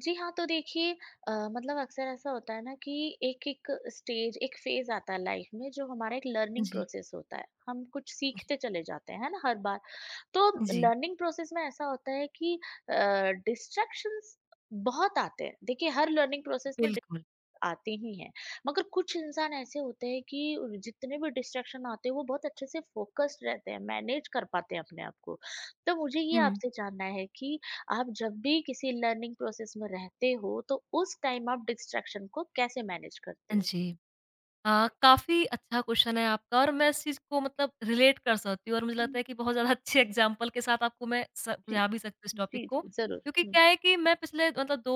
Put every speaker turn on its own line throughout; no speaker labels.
जी हाँ, तो देखिए मतलब अक्सर ऐसा होता है ना कि एक-एक स्टेज, एक फ़ेज़ आता है लाइफ़ में जो हमारा एक लर्निंग
जी,
प्रोसेस होता है। हम कुछ
जी,
सीखते चले जाते हैं, है ना, हर बार। तो
जी,
लर्निंग प्रोसेस में ऐसा होता है कि अ, डिस्ट्रैक्शंस बहुत आते हैं। देखिए, हर लर्निंग प्रोसेस में डि
बिल्कुल।
आते ही हैं। मगर कुछ इंसान ऐसे होते हैं कि जितने भी डिस्ट्रैक्शन आते हैं वो बहुत अच्छे से फोकस्ड रहते हैं, मैनेज कर पाते हैं अपने आप को। तो मुझे ये
हुँ,
आपसे जानना है कि आप जब भी किसी लर्निंग प्रोसेस में रहते हो तो उस टाइम आप डिस्ट्रैक्शन को कैसे मैनेज करते हो?
जी। अ, काफ़ी अच्छा क्वेश्चन है आपका और मैं इस चीज़ को मतलब रिलेट कर सकती हूँ और मुझे लगता
हम्म,
है कि बहुत ज़्यादा अच्छे एग्ज़ाम्पल के साथ आपको मैं स
जी।
समझा भी सकती हूँ इस
जी
टॉपिक को।
जी जरूर।
क्योंकि क्या है कि मैं पिछले मतलब 2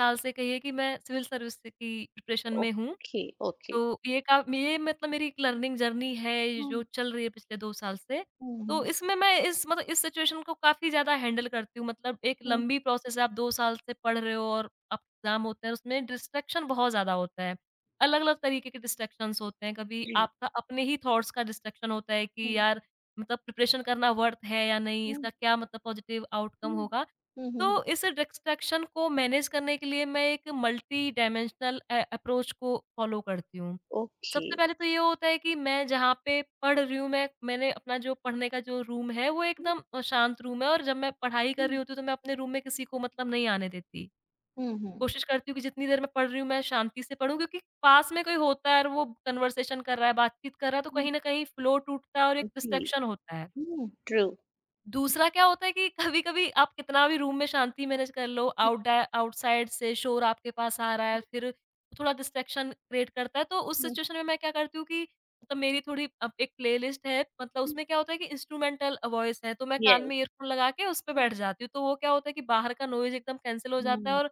साल से कहिए कि मैं सिविल सर्विस की प्रिपरेशन में हूँ।
Okay okay.
तो ये मतलब मेरी एक लर्निंग जर्नी है, ये जो
हम्म
चल रही है पिछले 2 साल से। तो
हम्म
इसमें मैं इस सिचुएशन को काफ़ी ज़्यादा हैंडल करती हूँ। मतलब एक
हम्म।
लंबी प्रोसेस है, आप 2 साल से पढ़ रहे हो और अब एग्ज़ाम होते हैं, उसमें डिस्ट्रैक्शन बहुत ज़्यादा होता है। अलग-अलग तरीके के डिस्ट्रैक्शंस होते हैं। कभी
जी।
आपका अपने ही थॉट्स का डिस्ट्रैक्शन होता है कि
हम्म
यार, मतलब प्रिपरेशन करना वर्थ है या नहीं?
हम्म
इसका क्या मतलब पॉजिटिव आउटकम
हम्म
होगा?
हम्म।
तो इस डिस्ट्रैक्शन को मैनेज करने के लिए मैं एक मल्टी डायमेंशनल अप्रोच को फॉलो करती हूँ।
ओके।
सबसे पहले तो ये होता है कि मैं जहाँ पे पढ़ रही हूँ, मैंने अपना जो पढ़ने का जो रूम है वो
हम्म
एकदम शांत रूम है, और जब मैं पढ़ाई कर रही
हम्म
होती हूँ तो मैं अपने रूम में किसी को मतलब नहीं आने देती।
हम्म,
कोशिश करती हूँ कि जितनी देर मैं पढ़ रही हूँ मैं शांति से पढूँ, क्योंकि पास में कोई होता है और वो कन्वर्सेशन कर रहा है, बातचीत कर रहा है, तो
हम्म,
कहीं न कहीं फ्लो टूटता है और एक
जी।
डिस्ट्रैक्शन होता है।
Mm, true.
दूसरा क्या होता है कि कभी-कभी आप कितना भी रूम में शांति मैनेज कर लो,
Mm,
आउटडा आउटसाइड से शोर आपके पास आ रहा है, फिर थोड़ा डिस्ट्रैक्शन क्रिएट करता है। तो उस
mm, mm,
सिचुएशन में मैं क्या करती हूँ कि मतलब मेरी थोड़ी अब एक प्लेलिस्ट है, मतलब
mm.
उसमें क्या होता है कि इंस्ट्रूमेंटल वॉइस है, तो मैं कान
Yes.
में ईयरफ़ोन लगा के उस पे बैठ जाती हूँ। तो वो क्या होता है कि बाहर का नॉइज़ एकदम कैंसल हो जाता है,
Mm,
और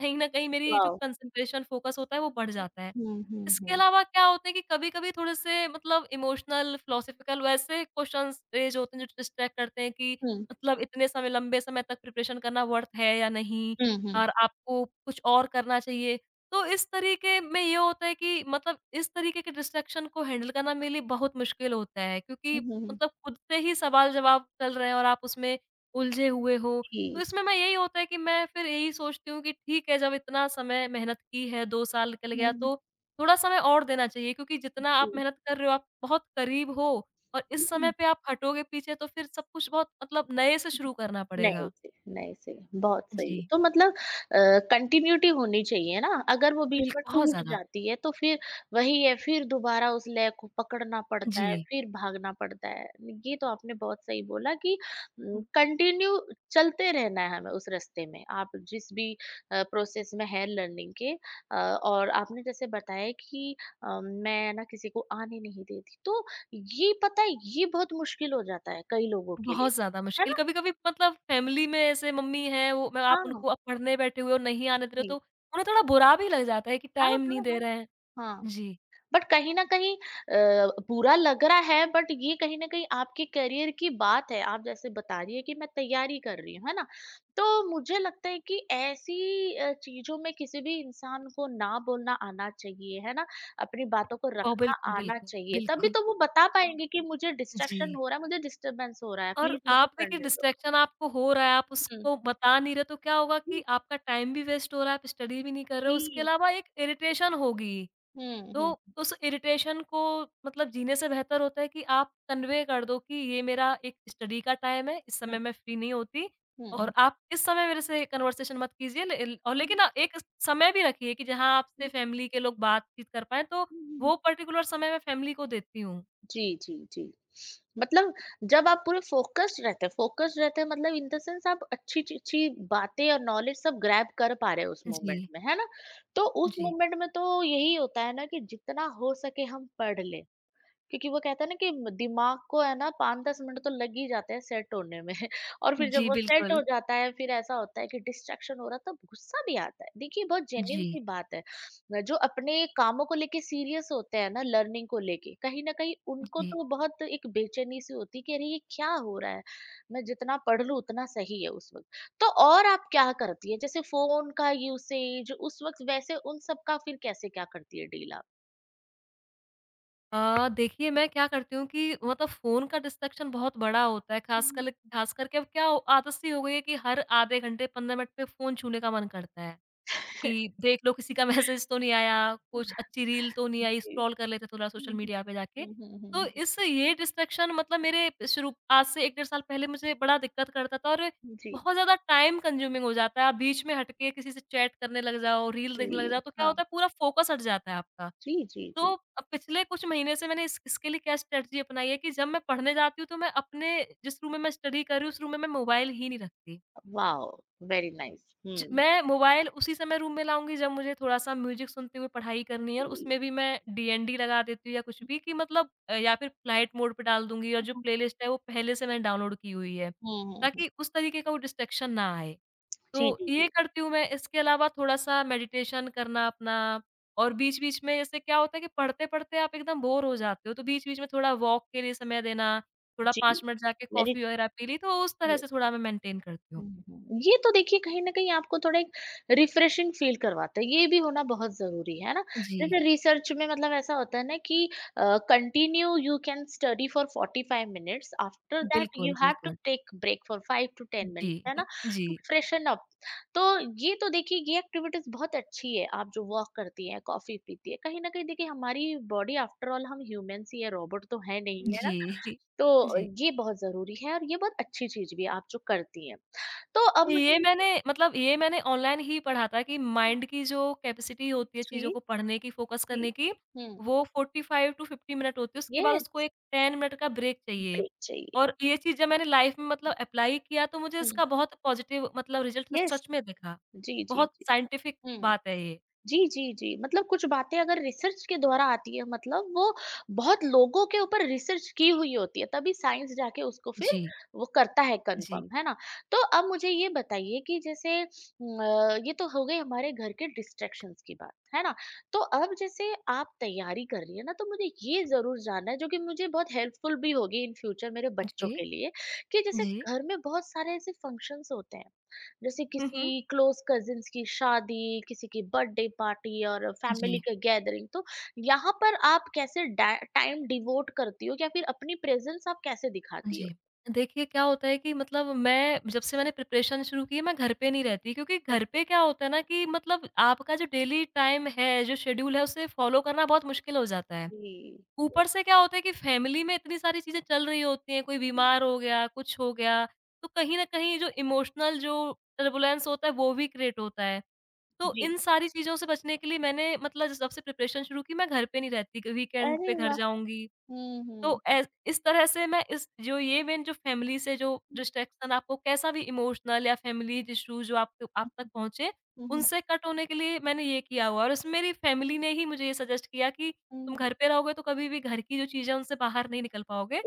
कहीं न कहीं मेरी जो
wow.
कंसंट्रेशन, फ़ोकस होता है, वो बढ़ जाता है।
Mm,
इसके
mm,
अलावा क्या होता है कि कभी-कभी थोड़े-से मतलब इमोशनल, फिलॉसॉफिकल वैसे क्वेश्चंस रेज़ होते हैं जो डिस्ट्रैक्ट करते हैं, कि
Hmm.
मतलब इतने समय लंबे समय तक प्रिपरेशन करना वर्थ है या नहीं,
Mm, Hmm.
और आपको कुछ और करना चाहिए। तो इस तरीके में ये होता है कि मतलब इस तरीके के डिस्ट्रैक्शन को हैंडल करना मेरे लिए बहुत मुश्किल होता है, क्योंकि
Mm.
मतलब खुद से ही सवाल-जवाब चल रहे हैं और आप उसमें उलझे हुए हो। तो इसमें मैं यही होता है कि मैं फिर यही सोचती हूँ कि ठीक है, जब इतना समय मेहनत की है, 2 साल निकल गया, तो थोड़ा समय और देना चाहिए, क्योंकि जितना आप
Mhm,
मेहनत कर रहे हो, आप बहुत करीब हो, और इस समय
mm.
पे आप हटोगे पीछे तो फिर सब कुछ बहुत मतलब नए से शुरू करना
नहीं
पड़ेगा।
जी, नहीं सही, बहुत सही।
जी,
तो मतलब कंटिन्यूटी होनी चाहिए ना, अगर वो बीच में
बिल्कुल। बहुत
टूट
ज़्यादा।
जाती है तो फिर वही है, फिर दोबारा उस लय को पकड़ना पड़ता है,
जी।
फिर भागना पड़ता है। ये तो आपने बहुत सही बोला कि
हुँ।
कंटिन्यू चलते रहना है हमें उस रास्ते में, आप जिस भी प्रोसेस में है लर्निंग के। और आपने जैसे बताया कि मैं ना किसी को आने नहीं देती, तो ये पता है ये बहुत मुश्किल हो जाता है कई लोगों के लिए,
बहुत ज़्यादा
है
मुश्किल
ना?
कभी-कभी मतलब फ़ैमिली में ऐसे मम्मी हैं, वो मैं आप
हाँ।
उनको, आप पढ़ने बैठे हुए हो, नहीं आने दे रहे हो,
जी।
तो उन्हें थोड़ा बुरा भी लग जाता है कि
हाँ,
टाइम नहीं
हाँ,
दे
हाँ।
रहे हैं।
हाँ,
जी।
बट कहीं न कहीं बुरा लग रहा है, बट ये कहीं न कहीं आपके करियर की बात है। आप जैसे बता रही है कि मैं तैयारी कर रही हूँ, है ना? तो मुझे लगता है कि ऐसी चीज़ों में किसी भी इंसान को ना बोलना आना चाहिए, है ना? अपनी बातों को
ओह!
रखना
बिल्कुल,
आना
बिल्कुल।
चाहिए, तभी
बिल्कुल।
तो वो बता पाएँगे कि मुझे
जी।
डिस्ट्रैक्शन हो रहा है, मुझे डिस्टर्बेंस हो रहा है,
और
प्लीज़ मुझे
आप देखिए,
पढ़ने दो।
डिस्ट्रैक्शन आपको हो रहा है, आप
हुँ,
उसको बता नहीं रहे, तो क्या होगा कि
हुँ,
आपका टाइम भी वेस्ट हो रहा है, आप स्टडी भी नहीं कर रहे हो, उसके
जी।
अलावा एक इरिटेशन होगी।
हुँ,
तो
हुँ,
उस इरिटेशन को मतलब जीने से बेहतर होता है कि आप कन्वे कर दो कि ये मेरा एक स्टडी का टाइम है, इस
हुँ,
समय मैं फ्री नहीं होती, और आप इस समय मेरे से कन्वर्सेशन मत कीजिए, ले ल और लेकिन एक समय भी रखिए कि जहाँ आपसे फैमिली के लोग बातचीत कर पाएँ, तो
हुँ।
वो पर्टिकुलर समय मैं फैमिली को देती हूँ।
जी, जी, जी। मतलब जब आप पूरे फ़ोकस्ड रहते हैं मतलब इन द सेंस, आप अच्छी ची अच्छी बातें और नॉलेज सब ग्रैब कर पा रहे हो उस मोमेंट
जी,
में, है ना? तो उस
जी।
मोमेंट में तो यही होता है ना कि जितना हो सके हम पढ़ लें। क्योंकि वो कहते हैं ना कि म दिमाग को है ना 5-10 मिनट तो लग ही जाते हैं सेट होने में। और फिर जब
जी,
वो सेट
बिल्कुल।
हो जाता है फिर ऐसा होता है कि डिस्ट्रैक्शन हो रहा तब गुस्सा भी आता है। देखिए, बहुत जेन्युइन
जी,
सी बात है। जो अपने कामों को लेके सीरियस होते हैं ना, लर्निंग को लेके, कहीं न कहीं उनको
जी।
तो बहुत एक बेचैनी सी होती है कि अरे ये क्या हो रहा है? मैं जितना पढ़ लूँ उतना सही है उस वक़्त। तो और आप क्या करती है? जैसे फ़ोन का यूसेज उस वक़्त, वैसे उन सब का फिर कैसे क्या करती है डील आप?
देखिए मैं क्या करती हूँ कि मतलब फ़ोन का डिस्ट्रैक्शन बहुत बड़ा होता है, ख़ास करके अब आदत सी हो गई है कि हर आधे घंटे, 15 मिनट पे फ़ोन छूने का मन करता है, कि देख लो किसी का मैसेज तो नहीं आया, कुछ अच्छी रील तो नहीं
हुँ।
आई, स्क्रॉल कर लेते थोड़ा सोशल मीडिया पे जाके।
हुँ,
तो
हुँ,
इससे ये डिस्ट्रैक्शन मतलब मेरे शुरू आज से 1 डेढ़ साल पहले मुझे बड़ा दिक्कत करता था, और
जी,
बहुत ज़्यादा टाइम कंज्यूमिंग हो जाता है। आप बीच में हट के किसी से चैट करने लग जाओ, रील देखने लग
जी,
जाओ, तो क्या
हाँ।
होता है, पूरा फ़ोकस हट जाता है आपका।
जी, जी,
तो
जी।
पिछले कुछ महीने से मैंने इस इसके लिए क्या स्ट्रैटेजी अपनाई है कि जब मैं पढ़ने जाती हूँ तो मैं अपने जिस रूम में मैं स्टडी कर रही हूँ, उस रूम में मैं मोबाइल ही नहीं रखती।
वाओ! Very nice.
ज
हम्म।
मैं मोबाइल उसी समय रूम में लाऊँगी जब मुझे थोड़ा-सा म्यूज़िक सुनते हुए पढ़ाई करनी है, और
जी।
उसमें भी मैं डीएनडी लगा देती हूँ, या कुछ भी कि मतलब या फिर फ्लाइट मोड पे डाल दूँगी, और जो प्लेलिस्ट है वो पहले से मैंने डाउनलोड की हुई है,
हुँ, हुँ।
ताकि उस तरीके का वो डिस्ट्रैक्शन ना आए।
जी,
तो
जी,
ये
जी।
करती हूँ मैं, इसके अलावा थोड़ा-सा मेडिटेशन करना अपना, और बीच-बीच में जैसे क्या होता है कि पढ़ते-पढ़ते आप एकदम बोर हो जाते हो, तो बीच-बीच में थोड़ा वॉक के लिए समय देना, थोड़ा
जी।
5 मिनट जाके
वेरी
कॉफ़ी वगैरह पी ली, तो उस तरह से थोड़ा मैं मेंटेन करती हूँ।
हुँ। ये तो देखिए कहीं न कहीं आपको थोड़ा एक रिफ्रेशिंग फ़ील करवाता है, ये भी होना बहुत ज़रूरी है ना?
जी।
जैसे रिसर्च में मतलब ऐसा होता है ना कि continue you can study for 45 minutes, after that
बिल्कुल,
यू हैव टू
बिल्कुल।
टेक ब्रेक फॉर 5 टू 10
जी,
मिनट्स, है ना?
जी,
टू फ्रेशन अप। तो ये तो देखिए, ये एक्टिविटीज़ बहुत अच्छी है, आप जो वॉक करती हैं, कॉफ़ी पीती हैं, कहीं न कहीं देखिए हमारी बॉडी, आफ्टर ऑल हम ह्यूमन्स ही हैं, रोबोट तो हैं नहीं, है ना?
जी,
तो
जी।
ये बहुत ज़रूरी है और ये बहुत अच्छी चीज़ भी है, आप जो करती हैं। तो अब मुझे ये।
ये मैंने ऑनलाइन ही पढ़ा था कि माइंड की जो कैपेसिटी होती है चीज़ों
जी,
को पढ़ने की, फ़ोकस
जी।
करने की,
हुँ।
वो 45 टू 50 मिनट होती है, उसके बाद उसको
येस,
एक 10 मिनट का ब्रेक चाहिए।
ब्रेक चाहिए।
और ये चीज़ जब मैंने लाइफ़ में मतलब अप्लाई किया, तो मुझे
हुँ।
इसका बहुत पॉज़िटिव मतलब रिज़ल्ट सच
येस,
सच में दिखा।
जी, जी,
बहुत
जी।
साइंटिफ़िक
हुँ।
बात है ये।
जी, जी, जी। मतलब कुछ बातें अगर रिसर्च के द्वारा आती है, मतलब वो बहुत लोगों के ऊपर रिसर्च की हुई होती है, तभी साइंस जाके उसको फिर
जी,
वो करता है
जी।
कन्फर्म, है ना? तो अब मुझे ये बताइए कि जैसे ये तो हो गई हमारे घर के डिस्ट्रैक्शंस की बात, है ना? तो अब जैसे आप तैयारी कर रही हैं ना, तो मुझे ये ज़रूर जानना है, जो कि मुझे बहुत हेल्पफुल भी होगी इन फ्यूचर मेरे बच्चों
जी,
के लिए, कि जैसे
जी।
घर में बहुत सारे ऐसे फंक्शंस होते हैं, जैसे
हुँ, हुँ।
किसी क्लोज कजिन्स की शादी, किसी की बर्थडे पार्टी और फैमिली
जी।
का गैदरिंग, तो यहाँ पर आप कैसे डा टाइम डिवोट करती हो या फिर अपनी प्रेज़ेंस आप कैसे दिखाती
जी।
हो?
देखिए क्या होता है कि मतलब मैं जब से मैंने प्रिपरेशन शुरू की है मैं घर पे नहीं रहती, क्योंकि घर
ओके।
पे क्या होता है ना कि मतलब आपका जो डेली टाइम है, जो शेड्यूल है, उसे फ़ॉलो करना बहुत मुश्किल हो जाता है।
जी।
ऊपर से क्या होता है कि फैमिली में इतनी सारी चीज़ें चल रही होती हैं, कोई बीमार हो गया, कुछ हो गया, तो कहीं न कहीं जो इमोशनल जो टर्बुलेंस होता है, वो भी क्रिएट होता है। तो
जी।
इन सारी चीज़ों से बचने के लिए मैंने मतलब जब से प्रिपरेशन शुरू की, मैं घर पे नहीं रहती, वीकेंड पे
अरे
घर
वाह!
जाऊँगी,
हुँ,
तो
हुँ।
ऐस इस तरह से मैं इस जो ये मेन जो फैमिली से जो
हुँ।
डिस्ट्रैक्शन आपको, कैसा भी इमोशनल या फैमिली इश्यू जो आप
हुँ,
तक पहुँचे,
हुँ, हुँ,
उनसे कट होने के लिए मैंने ये किया हुआ है। और इसमें मेरी फैमिली ने ही मुझे ये सजेस्ट किया कि
हुँ।
तुम घर पे रहोगे तो कभी भी घर की जो चीज़ें हैं उनसे बाहर नहीं निकल पाओगे,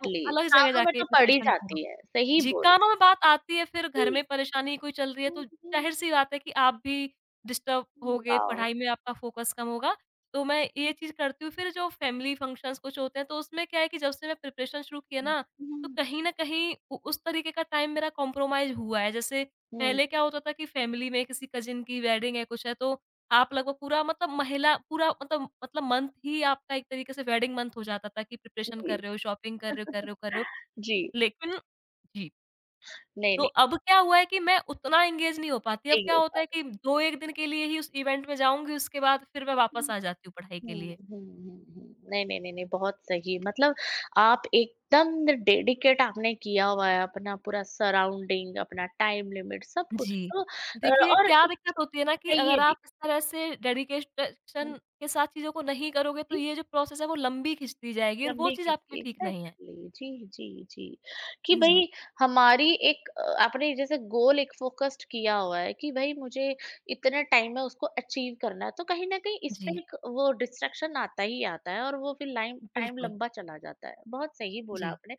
तो अलग जगह
कामों में
जाके
तो पड़ ही
प्रिपरेशन करो।
जाती है, सही
जी,
बोले।
कानों में बात आती है, फिर घर में
जी।
परेशानी कोई चल रही है तो
हुँ, हुँ,
ज़ाहिर-सी बात है कि आप भी डिस्टर्ब
हुँ।
होगे,
वाओ!
पढ़ाई में आपका फ़ोकस कम होगा। तो मैं ये चीज़ करती हूँ, फिर जो फ़ैमिली फंक्शंस कुछ होते हैं तो उसमें क्या है कि जब से मैं प्रिपरेशन शुरू की है
हुँ,
ना, तो
हुँ,
कहीं न कहीं उ उस तरीके का टाइम मेरा कॉम्प्रोमाइज़ हुआ है। जैसे
हुँ।
पहले क्या होता था कि फ़ैमिली में किसी कज़िन की वेडिंग है, कुछ है, तो आप लगभग पूरा मतलब महिला पूरा मतलब मतलब मंथ ही आपका एक तरीके से वेडिंग मंथ हो जाता था कि प्रिपरेशन
जी,
कर रहे हो, शॉपिंग कर रहे हो, कर रहे हो, कर रहे हो।
जी।
लेकिन जी।
नहीं,
तो
नहीं,
अब क्या हुआ है कि मैं उतना एंगेज नहीं हो पाती। अब
नहीं
क्या
हो
होता
पा
है कि 2-1 दिन के लिए ही उस इवेंट में जाऊँगी, उसके बाद फिर मैं
रहा।
वापस आ जाती हूँ पढ़ाई के
हुँ,
लिए।
हुँ, हुँ, हुँ। नहीं, नहीं, नहीं, नहीं, बहुत सही। मतलब आप एकदम डेडिकेट आपने किया हुआ है, अपना पूरा सराउंडिंग, अपना टाइम लिमिट सब कुछ,
जी।
तो
देखिए,
और
क्या दिक्कत होती है ना कि अगर
चाहिए भी।
आप इस तरह से
हुँ,
डेडिकेशन के साथ चीज़ों को नहीं करोगे, तो
जी।
ये जो प्रोसेस है, वो लंबी खिंचती जाएगी, और वो
लंबी
चीज़ आपके लिए
किश्ती
ठीक नहीं है।
एग्जैक्टली। जी, जी, जी। कि
जी,
भई हमारी एक आपने जैसे गोल एक फ़ोकस्ड किया हुआ है कि भई मुझे इतने टाइम में उसको अचीव करना है, तो कहीं न कहीं इस पे
जी,
एक वो डिस्ट्रैक्शन आता ही आता है और वो फिर लाइम टाइम
बिल्कुल।
लंबा चला जाता है। बहुत सही बोला
जी,
आपने।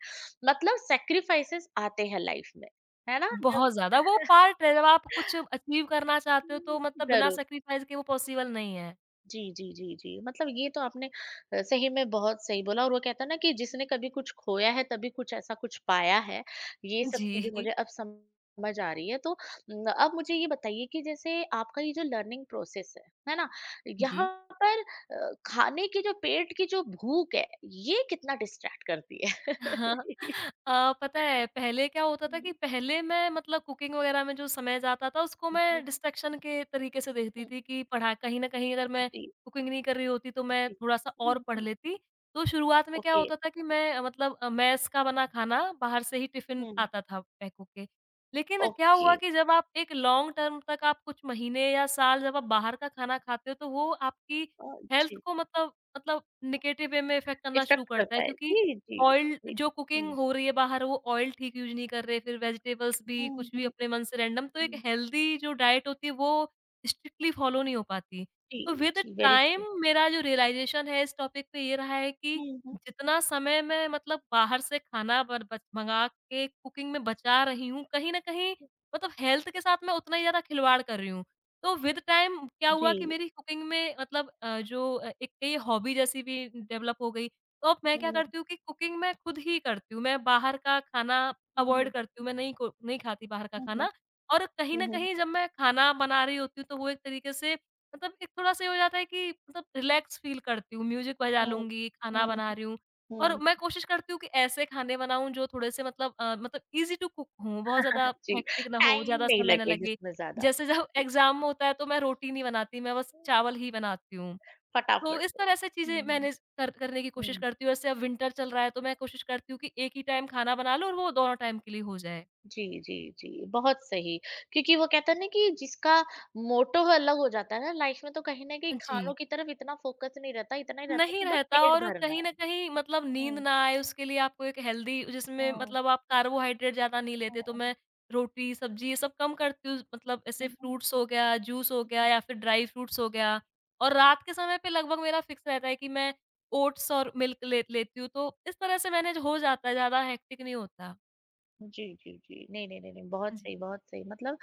मतलब सैक्रिफाइसेस आते हैं लाइफ़ में, है ना? जब
बहुत ज़्यादा वो पार्ट है, जब आप कुछ अचीव करना चाहते हो, तो
हुँ,
मतलब बिना
ज़रूर।
सैक्रिफाइस के वो पॉसिबल नहीं है।
जी, जी, जी, जी। मतलब ये तो आपने सही में बहुत सही बोला, और वो कहता है ना कि जिसने कभी कुछ खोया है तभी कुछ ऐसा कुछ पाया है। ये सब
जी,
चीज़ें मुझे अब समझ आ रही है। तो अब मुझे ये बताइए कि जैसे आपका ये जो लर्निंग प्रोसेस है ना?
जी।
यहाँ पर खाने की जो पेट की जो भूख है, ये कितना डिस्ट्रैक्ट करती है?
हाँ, पता है पहले क्या होता था कि
हुँ,
पहले मैं मतलब कुकिंग वगैरह में जो समय जाता था उसको
जी,
मैं डिस्ट्रैक्शन के तरीके से देखती
हुँ,
थी कि पढ़ा कहीं न कहीं अगर मैं
जी,
कुकिंग नहीं कर रही होती तो मैं
जी।
थोड़ा-सा और
हुँ,
पढ़
हुँ।
लेती। तो शुरुआत में क्या
ओके।
होता था कि मैं मतलब मेस का बना खाना बाहर से ही टिफ़िन
हुँ,
आता था पैक होके। लेकिन क्या
ओके।
हुआ कि जब आप एक लॉन्ग टर्म तक, आप कुछ महीने या साल जब आप बाहर का खाना खाते हो, तो वो आपकी
अ,
हेल्थ
जी।
को मतलब नेगेटिव वे में इफ़ेक्ट करना शुरू
इफ़ेक्ट
करता है,
करता है।
क्योंकि
जी, जी,
ऑयल
जी।
जो कुकिंग
हुँ,
हो रही है बाहर, वो ऑयल ठीक यूज़ नहीं कर रहे, फिर वेजिटेबल्स भी
हुँ,
कुछ भी
हुँ,
अपने मन से रैंडम। तो एक
हुँ।
हेल्दी जो डाइट होती है वो स्ट्रिक्टली फॉलो नहीं हो पाती।
जी,
तो विद
जी, वेरी
टाइम
ट्रू।
मेरा जो रियलाइज़ेशन है इस टॉपिक पे ये रहा है कि
हुँ, हुँ,
जितना समय मैं बाहर से खाना बर बच मँगा के कुकिंग में बचा रही हूँ, कहीं न कहीं
हुँ।
हेल्थ के साथ मैं उतना ही ज़्यादा खिलवाड़ कर रही हूँ। तो विद टाइम क्या
जी।
हुआ कि मेरी कुकिंग में एक ये हॉबी जैसी भी डेवलप हो गई। तो अब मैं
हुँ,
क्या
हुँ,
करती हूँ कि कुकिंग मैं खुद ही करती हूँ। मैं बाहर का खाना अवॉइड
हुँ,
करती हूँ, मैं नहीं खाती बाहर का
हुँ, हुँ,
खाना। और कहीं न
हुँ,
कहीं जब मैं खाना बना रही होती हूँ तो वो एक तरीके से एक थोड़ा-सा ये हो जाता है कि रिलैक्स फ़ील करती हूँ। म्यूज़िक बजा
हुँ,
लूँगी, खाना
हुँ,
बना रही हूँ। और
हुँ।
मैं कोशिश करती हूँ कि ऐसे खाने बनाऊँ जो थोड़े से ईज़ी टू कुक हों, बहुत ज़्यादा
जी,
हेक्टिक ना हो,
टाइम
ज़्यादा
नहीं
समय ना
लगे
लगे।
जिसमें ज़्यादा,
जैसे जब एग्ज़ाम होता है तो मैं रोटी नहीं बनाती, मैं बस चावल ही बनाती हूँ। तो
फटाफट
इस
से।
तरह से चीज़ें
हुँ,
मैनेज कर करने की कोशिश
हुँ।
करती हूँ। जैसे अब विंटर चल रहा है तो मैं कोशिश करती हूँ कि एक ही टाइम खाना बना लूँ और वो दोनों टाइम के लिए हो जाए।
जी, जी, जी, बहुत सही। क्योंकि वो कहते हैं ना कि जिसका मोटो अलग हो जाता है ना लाइफ़ में, तो कहीं न कहीं
जी।
खानों की तरफ इतना फ़ोकस नहीं रहता, इतना ही रहता है
नहीं
कि बस
रहता।
पेट
और
भरना
कहीं
है।
न कहीं नींद
हुँ,
ना आए उसके लिए आपको एक हेल्दी, जिसमें
हुँ,
आप कार्बोहाइड्रेट ज़्यादा नहीं लेते, तो
हुँ,
मैं रोटी, सब्ज़ी ये सब कम करती हूँ। मतलब ऐसे
हुँ, हुँ,
फ्रूट्स हो गया, जूस हो गया
हुँ।
या फिर ड्राई फ्रूट्स हो गया। और रात के समय पे लगभग मेरा फिक्स रहता है कि मैं ओट्स और मिल्क ले लेती हूँ। तो इस तरह से मैनेज हो जाता है, ज़्यादा हेक्टिक नहीं होता।
जी, जी, जी। नहीं, नहीं, नहीं, नहीं, बहुत
जी।
सही, बहुत सही। मतलब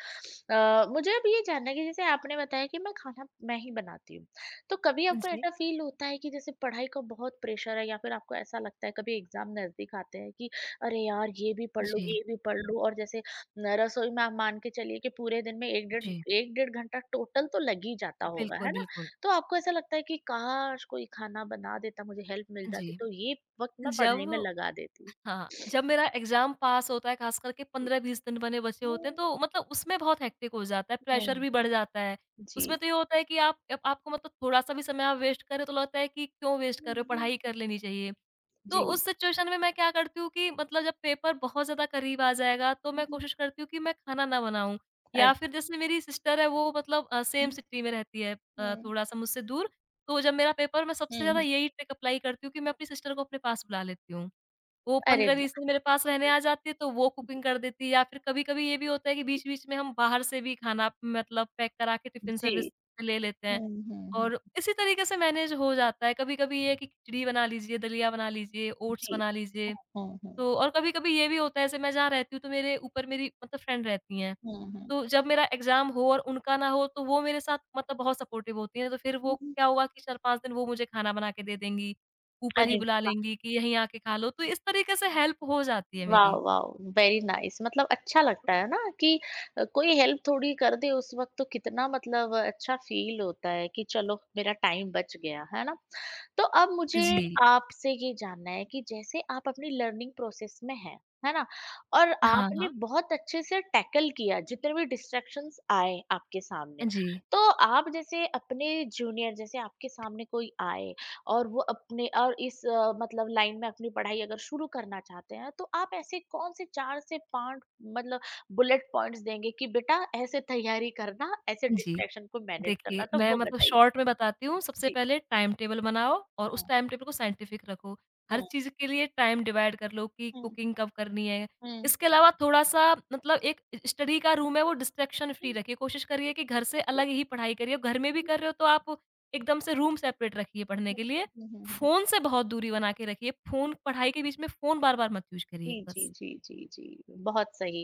मुझे अब ये जानना है कि जैसे आपने बताया कि मैं खाना मैं ही बनाती हूँ। तो कभी आपको
जी।
ऐसा फ़ील होता है कि जैसे पढ़ाई का बहुत प्रेशर है, या फिर आपको ऐसा लगता है कभी एग्ज़ाम नज़दीक आते हैं कि अरे यार! ये भी पढ़ लूँ,
जी,
ये भी पढ़ लूँ, और जैसे न रसोई में आप मान के चलिए कि पूरे दिन में 1 डेढ़
जी।
1 डेढ़ घंटा टोटल तो लग ही जाता होगा,
बिल्कुल,
है ना?
बिल्कुल।
तो आपको ऐसा लगता है कि काश! कोई खाना बना देता, मुझे हेल्प मिल
जी।
जाती, तो ये वक़्त मैं पढ़ाई
जब
में लगा देती।
हाँ, जब मेरा एग्ज़ाम पास होता है ख़ास करके 15-20 दिन बने बचे
जी।
होते हैं तो मतलब उसमें बहुत हेक्टिक हो जाता है, प्रेशर
हुँ,
भी बढ़ जाता है।
जी।
उसमें तो ये होता है कि आप अप आपको थोड़ा-सा भी समय आप वेस्ट कर रहे हो तो लगता है कि क्यों वेस्ट कर रहे हो, पढ़ाई कर लेनी चाहिए। तो
जी।
उस सिचुएशन में मैं क्या करती हूँ कि जब पेपर बहुत ज़्यादा करीब आ जाएगा, तो मैं कोशिश करती हूँ कि मैं खाना ना बनाऊँ।
अ
या फिर जैसे मेरी सिस्टर है वो सेम
हुँ।
सिटी में रहती है, थोड़ा-सा मुझसे दूर। तो जब मेरा पेपर, मैं सबसे ज़्यादा
हुँ।
यही ट्रिक अप्लाई करती हूँ कि मैं अपनी सिस्टर को अपने पास बुला लेती हूँ। वो
अरे
15-20
वाह!
दिन मेरे पास रहने आ जाती है, तो वो कुकिंग कर देती है। या फिर कभी-कभी ये भी होता है कि बीच-बीच में हम बाहर से भी खाना पैक करा के टिफ़िन सर्विस
जी।
पे ले लेते हैं
हुँ, हुँ, हुँ।
और इसी तरीके से मैनेज हो जाता है। कभी-कभी ये है कि खिचड़ी बना लीजिए, दलिया बना लीजिए, ओट्स
जी।
बना लीजिए।
हुँ, हुँ।
तो और कभी-कभी ये भी होता है जैसे मैं जहाँ रहती हूँ तो मेरे ऊपर मेरी फ्रेंड रहती हैं।
हुँ, हुँ।
तो जब मेरा एग्ज़ाम हो और उनका ना हो तो वो मेरे साथ बहुत सपोर्टिव होती हैं। तो फिर वो
हुँ।
क्या हुआ कि 4-5 दिन वो मुझे खाना बना के दे देंगी, ऊपर ही
अरे
बुला
वाह!
लेंगी कि यहीं आके खा लो। तो इस तरीके से हेल्प हो जाती है
वाह!
मेरी।
वाह! Very nice. मतलब अच्छा लगता है ना कि कोई हेल्प थोड़ी कर दे उस वक़्त, तो कितना मतलब अच्छा फ़ील होता है कि चलो मेरा टाइम बच गया, है ना? तो अब मुझे
जी।
आपसे ये जानना है कि जैसे आप अपनी लर्निंग प्रोसेस में हैं, है ना? और
हाँ,
आपने
हाँ।
बहुत अच्छे से टैकल किया जितने भी डिस्ट्रैक्शंस आए आपके सामने।
जी,
तो आप जैसे अपने जूनियर जैसे आपके सामने कोई आए और वो अपने और इस मतलब लाइन में अपनी पढ़ाई अगर शुरू करना चाहते हैं, तो आप ऐसे कौन से 4 से 5 मतलब बुलेट पॉइंट्स देंगे कि बेटा ऐसे तैयारी करना, ऐसे
जी।
डिस्ट्रैक्शन को मैनेज करना,
देखिए,
तो
मैं
वो बताइए?
शॉर्ट में बताती हूँ, सबसे
जी।
पहले टाइम टेबल बनाओ और उस
हुँ,
टाइम टेबल को साइंटिफ़िक रखो। हर
हुँ,
चीज़ के लिए टाइम डिवाइड कर लो कि
हुँ,
कुकिंग कब करनी है।
हुँ।
इसके अलावा थोड़ा-सा एक स्टडी का रूम है, वो डिस्ट्रैक्शन फ्री
हुँ,
रखिए। कोशिश करिए कि घर से
एग्ज़ैक्टली।
अलग ही पढ़ाई करिए। घर में भी
हुँ,
कर रहे हो तो आप एकदम से रूम सेपरेट रखिए पढ़ने
हुँ,
के लिए।
हुँ। हुँ, हुँ, हुँ।
फ़ोन से बहुत दूरी बना के रखिए। फ़ोन पढ़ाई के बीच में फ़ोन बार-बार मत यूज़
जी,
करिए,
जी,
बस।
जी, जी, जी, बहुत सही।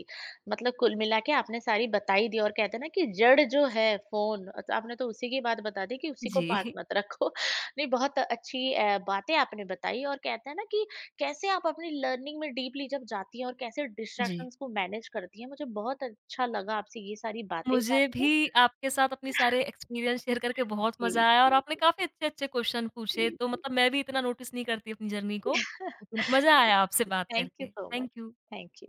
मतलब कुल मिला के आपने सारी बता ही दी, और कहते हैं ना कि जड़ जो है फ़ोन, तो आपने तो उसी की बात बता दी कि उसी को पास
जी।
मत रखो। नहीं, बहुत अच्छी बातें आपने बताई, और कहते हैं ना कि कैसे आप अपनी लर्निंग में डीपली जब जाती हैं और कैसे
जी।
डिस्ट्रैक्शंस को मैनेज करती हैं। मुझे बहुत अच्छा लगा आपसे ये सारी बातें जान
मुझे भी
के।
आपके साथ अपनी सारे एक्सपीरियंस शेयर करके बहुत
जी,
मज़ा आया और
जी,
आपने
जी,
काफ़ी अच्छे-अच्छे क्वेश्चन
जी,
पूछे, तो
जी।
मैं भी इतना नोटिस नहीं करती अपनी जर्नी को। लेकिन मज़ा आया आपसे बात
थैंक यू
करके।
So much.
Thank you.
Thank you.